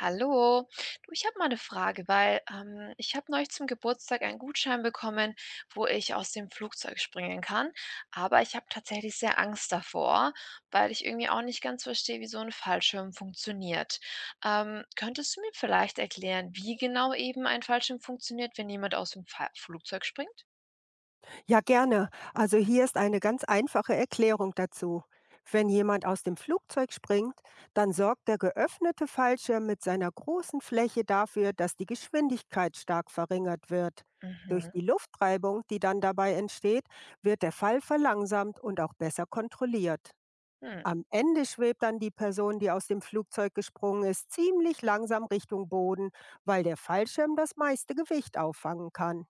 Hallo, du, ich habe mal eine Frage, weil ich habe neulich zum Geburtstag einen Gutschein bekommen, wo ich aus dem Flugzeug springen kann. Aber ich habe tatsächlich sehr Angst davor, weil ich irgendwie auch nicht ganz verstehe, wie so ein Fallschirm funktioniert. Könntest du mir vielleicht erklären, wie genau eben ein Fallschirm funktioniert, wenn jemand aus dem Fa Flugzeug springt? Ja, gerne. Also hier ist eine ganz einfache Erklärung dazu. Wenn jemand aus dem Flugzeug springt, dann sorgt der geöffnete Fallschirm mit seiner großen Fläche dafür, dass die Geschwindigkeit stark verringert wird. Durch Mhm. die Luftreibung, die dann dabei entsteht, wird der Fall verlangsamt und auch besser kontrolliert. Hm. Am Ende schwebt dann die Person, die aus dem Flugzeug gesprungen ist, ziemlich langsam Richtung Boden, weil der Fallschirm das meiste Gewicht auffangen kann.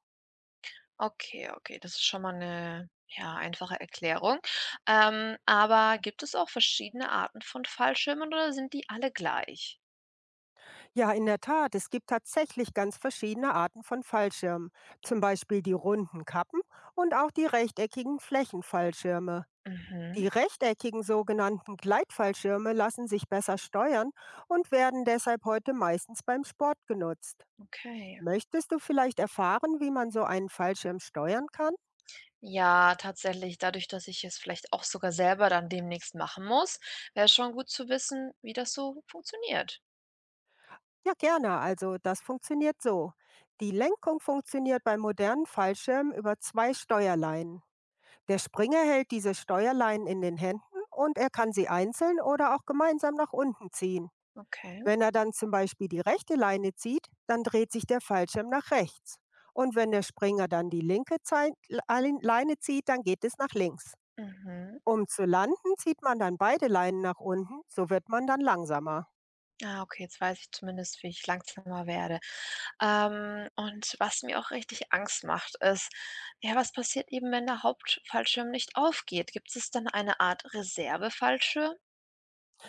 Okay, okay, das ist schon mal eine, ja, einfache Erklärung. Aber gibt es auch verschiedene Arten von Fallschirmen oder sind die alle gleich? Ja, in der Tat. Es gibt tatsächlich ganz verschiedene Arten von Fallschirmen. Zum Beispiel die runden Kappen und auch die rechteckigen Flächenfallschirme. Mhm, Die rechteckigen sogenannten Gleitfallschirme lassen sich besser steuern und werden deshalb heute meistens beim Sport genutzt. okay. Möchtest du vielleicht erfahren, wie man so einen Fallschirm steuern kann? Ja, tatsächlich, dadurch, dass ich es vielleicht auch sogar selber dann demnächst machen muss, wäre schon gut zu wissen, wie das so funktioniert. Ja, gerne. Also das funktioniert so. Die Lenkung funktioniert bei modernen Fallschirmen über zwei Steuerleinen. Der Springer hält diese Steuerleinen in den Händen und er kann sie einzeln oder auch gemeinsam nach unten ziehen. Okay, Wenn er dann zum Beispiel die rechte Leine zieht, dann dreht sich der Fallschirm nach rechts. Und wenn der Springer dann die linke Leine zieht, dann geht es nach links. mhm. Um zu landen, zieht man dann beide Leinen nach unten, so wird man dann langsamer. Ah, okay, jetzt weiß ich zumindest, wie ich langsamer werde. Und was mir auch richtig Angst macht, ist, ja, was passiert eben, wenn der Hauptfallschirm nicht aufgeht? Gibt es dann eine Art Reservefallschirm?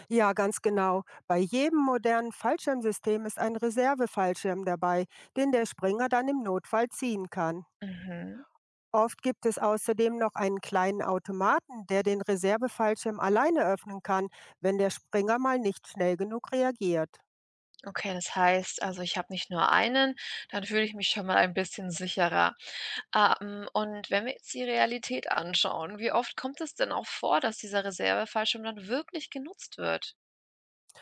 Ja, ganz genau. Bei jedem modernen Fallschirmsystem ist ein Reservefallschirm dabei, den der Springer dann im Notfall ziehen kann. Mhm. Oft gibt es außerdem noch einen kleinen Automaten, der den Reservefallschirm alleine öffnen kann, wenn der Springer mal nicht schnell genug reagiert. Okay, das heißt, also ich habe nicht nur einen, dann fühle ich mich schon mal ein bisschen sicherer. Und wenn wir jetzt die Realität anschauen, wie oft kommt es denn auch vor, dass dieser Reservefallschirm dann wirklich genutzt wird?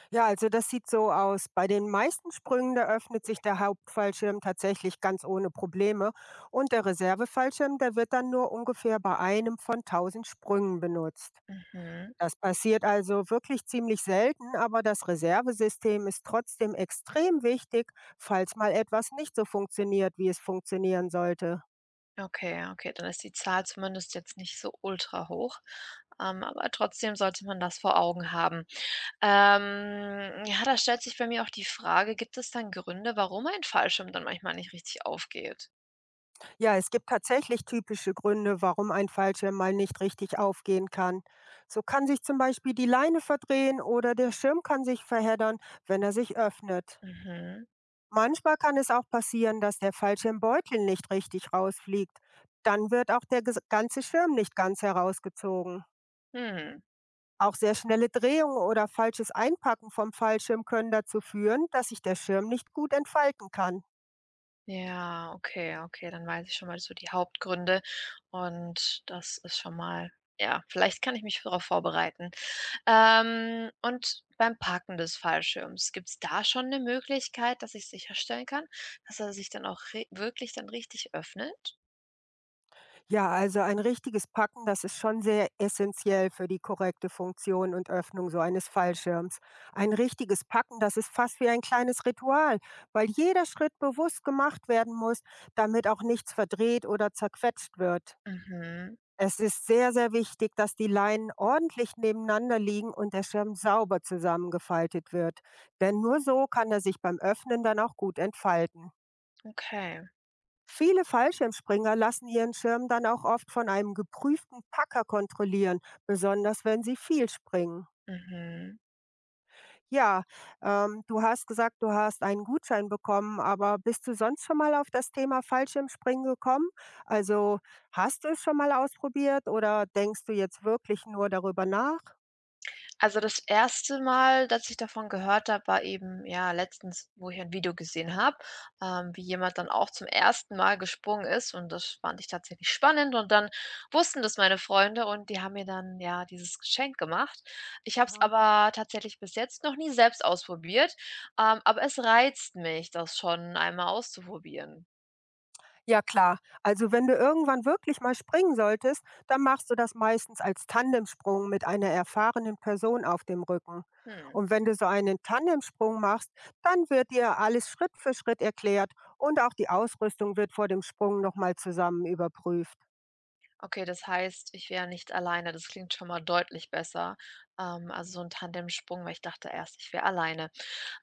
Ja, also das sieht so aus. Bei den meisten Sprüngen, da öffnet sich der Hauptfallschirm tatsächlich ganz ohne Probleme und der Reservefallschirm, der wird dann nur ungefähr bei einem von tausend Sprüngen benutzt. Mhm. Das passiert also wirklich ziemlich selten, aber das Reservesystem ist trotzdem extrem wichtig, falls mal etwas nicht so funktioniert, wie es funktionieren sollte. Okay, okay, dann ist die Zahl zumindest jetzt nicht so ultra hoch. Aber trotzdem sollte man das vor Augen haben. Ja, da stellt sich bei mir auch die Frage, gibt es dann Gründe, warum ein Fallschirm dann manchmal nicht richtig aufgeht? Ja, es gibt tatsächlich typische Gründe, warum ein Fallschirm mal nicht richtig aufgehen kann. So kann sich zum Beispiel die Leine verdrehen oder der Schirm kann sich verheddern, wenn er sich öffnet. Mhm. Manchmal kann es auch passieren, dass der Fallschirmbeutel nicht richtig rausfliegt. Dann wird auch der ganze Schirm nicht ganz herausgezogen. Hm. Auch sehr schnelle Drehungen oder falsches Einpacken vom Fallschirm können dazu führen, dass sich der Schirm nicht gut entfalten kann. Ja, okay, okay, dann weiß ich schon mal so die Hauptgründe und das ist schon mal, ja, vielleicht kann ich mich darauf vorbereiten. Und beim Parken des Fallschirms, gibt's da schon 'ne Möglichkeit, dass ich sicherstellen kann, dass er sich dann auch re wirklich dann richtig öffnet? Ja, also ein richtiges Packen, das ist schon sehr essentiell für die korrekte Funktion und Öffnung so eines Fallschirms. Ein richtiges Packen, das ist fast wie ein kleines Ritual, weil jeder Schritt bewusst gemacht werden muss, damit auch nichts verdreht oder zerquetscht wird. Mhm, Es ist sehr, sehr wichtig, dass die Leinen ordentlich nebeneinander liegen und der Schirm sauber zusammengefaltet wird. Denn nur so kann er sich beim Öffnen dann auch gut entfalten. okay, Viele Fallschirmspringer lassen ihren Schirm dann auch oft von einem geprüften Packer kontrollieren, besonders wenn sie viel springen. mhm. Ja, du hast gesagt, du hast einen Gutschein bekommen, aber bist du sonst schon mal auf das Thema Fallschirmspringen gekommen? Also hast du es schon mal ausprobiert oder denkst du jetzt wirklich nur darüber nach? Also, das erste Mal, dass ich davon gehört habe, war eben, ja, letztens, wo ich ein Video gesehen habe, wie jemand dann auch zum ersten Mal gesprungen ist und das fand ich tatsächlich spannend und dann wussten das meine Freunde und die haben mir dann, ja, dieses Geschenk gemacht. Ich habe es Aha. aber tatsächlich bis jetzt noch nie selbst ausprobiert, aber es reizt mich, das schon einmal auszuprobieren. Ja klar, also wenn du irgendwann wirklich mal springen solltest, dann machst du das meistens als Tandemsprung mit einer erfahrenen Person auf dem Rücken. Hm, Und wenn du so einen Tandemsprung machst, dann wird dir alles Schritt für Schritt erklärt und auch die Ausrüstung wird vor dem Sprung nochmal zusammen überprüft. okay, das heißt, ich wäre nicht alleine. Das klingt schon mal deutlich besser. Also so ein Tandemsprung, weil ich dachte erst, ich wäre alleine.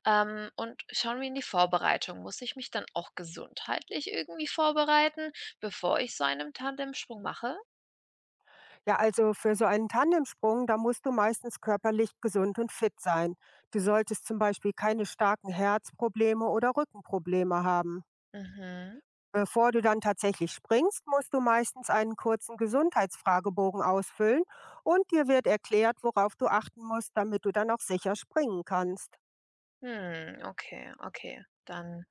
Und schauen wir in die Vorbereitung. Muss ich mich dann auch gesundheitlich irgendwie vorbereiten, bevor ich so einen Tandemsprung mache? Ja, also für so einen Tandemsprung, da musst du meistens körperlich gesund und fit sein. Du solltest zum Beispiel keine starken Herzprobleme oder Rückenprobleme haben. Mhm. Bevor du dann tatsächlich springst, musst du meistens einen kurzen Gesundheitsfragebogen ausfüllen und dir wird erklärt, worauf du achten musst, damit du dann auch sicher springen kannst. Hm, okay, okay. Dann,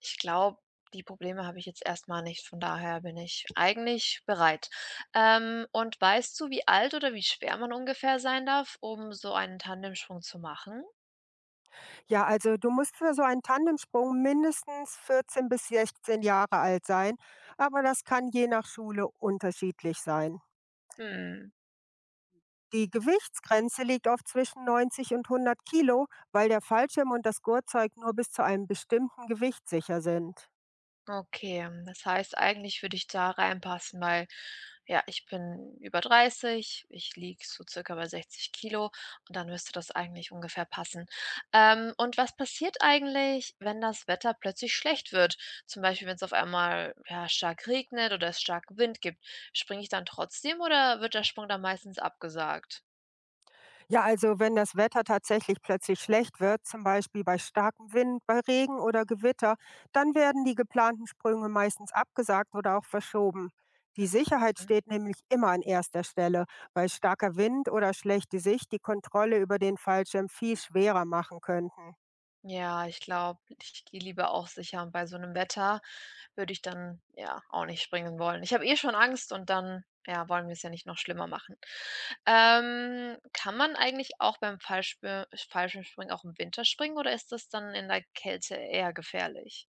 ich glaube, die Probleme habe ich jetzt erstmal nicht. Von daher bin ich eigentlich bereit. Und weißt du, wie alt oder wie schwer man ungefähr sein darf, um so einen Tandemsprung zu machen? Ja, also du musst für so einen Tandemsprung mindestens 14 bis 16 Jahre alt sein, aber das kann je nach Schule unterschiedlich sein. Hm. Die Gewichtsgrenze liegt oft zwischen 90 und 100 Kilo, weil der Fallschirm und das Gurtzeug nur bis zu einem bestimmten Gewicht sicher sind. Okay, das heißt, eigentlich würde ich da reinpassen, weil, ja, ich bin über 30, ich liege so circa bei 60 Kilo und dann müsste das eigentlich ungefähr passen. Und was passiert eigentlich, wenn das Wetter plötzlich schlecht wird? Zum Beispiel, wenn es auf einmal, ja, stark regnet oder es stark Wind gibt. Springe ich dann trotzdem oder wird der Sprung dann meistens abgesagt? Ja, also wenn das Wetter tatsächlich plötzlich schlecht wird, zum Beispiel bei starkem Wind, bei Regen oder Gewitter, dann werden die geplanten Sprünge meistens abgesagt oder auch verschoben. Die Sicherheit steht nämlich immer an erster Stelle, weil starker Wind oder schlechte Sicht die Kontrolle über den Fallschirm viel schwerer machen könnten. Ja, ich glaube, ich gehe lieber auch sicher und bei so einem Wetter würde ich dann, ja, auch nicht springen wollen. Ich habe eh schon Angst und dann, ja, wollen wir es ja nicht noch schlimmer machen. Kann man eigentlich auch beim Fallschbir Fallschirmspringen auch im Winter springen oder ist das dann in der Kälte eher gefährlich?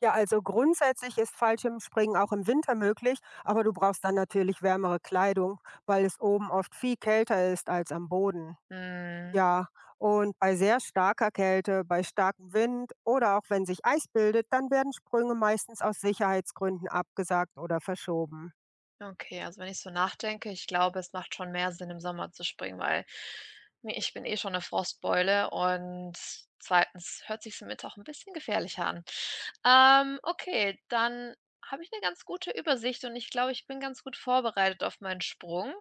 Ja, also grundsätzlich ist Fallschirmspringen auch im Winter möglich, aber du brauchst dann natürlich wärmere Kleidung, weil es oben oft viel kälter ist als am Boden. Hm. Ja, und bei sehr starker Kälte, bei starkem Wind oder auch wenn sich Eis bildet, dann werden Sprünge meistens aus Sicherheitsgründen abgesagt oder verschoben. Okay, also wenn ich so nachdenke, ich glaube, es macht schon mehr Sinn, im Sommer zu springen, weil mi ich bin eh schon eine Frostbeule und zweitens hört sich im Winter auch ein bisschen gefährlicher an. Okay, dann habe ich eine ganz gute Übersicht und ich glaube, ich bin ganz gut vorbereitet auf meinen Sprung.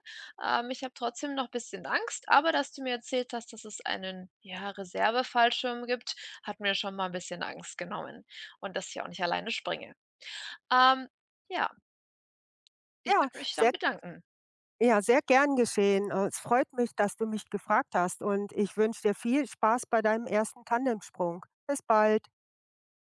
Ich habe trotzdem noch ein bisschen Angst, aber dass du mir erzählt hast, dass es einen, ja, Reserve-Fallschirm gibt, hat mir schon mal ein bisschen Angst genommen und dass ich auch nicht alleine springe. Ähm, ja, ich Ja, würde mich dann sehr, bedanken. ja, sehr gern geschehen. Es freut mich, dass du mich gefragt hast und ich wünsche dir viel Spaß bei deinem ersten Tandemsprung. Bis bald.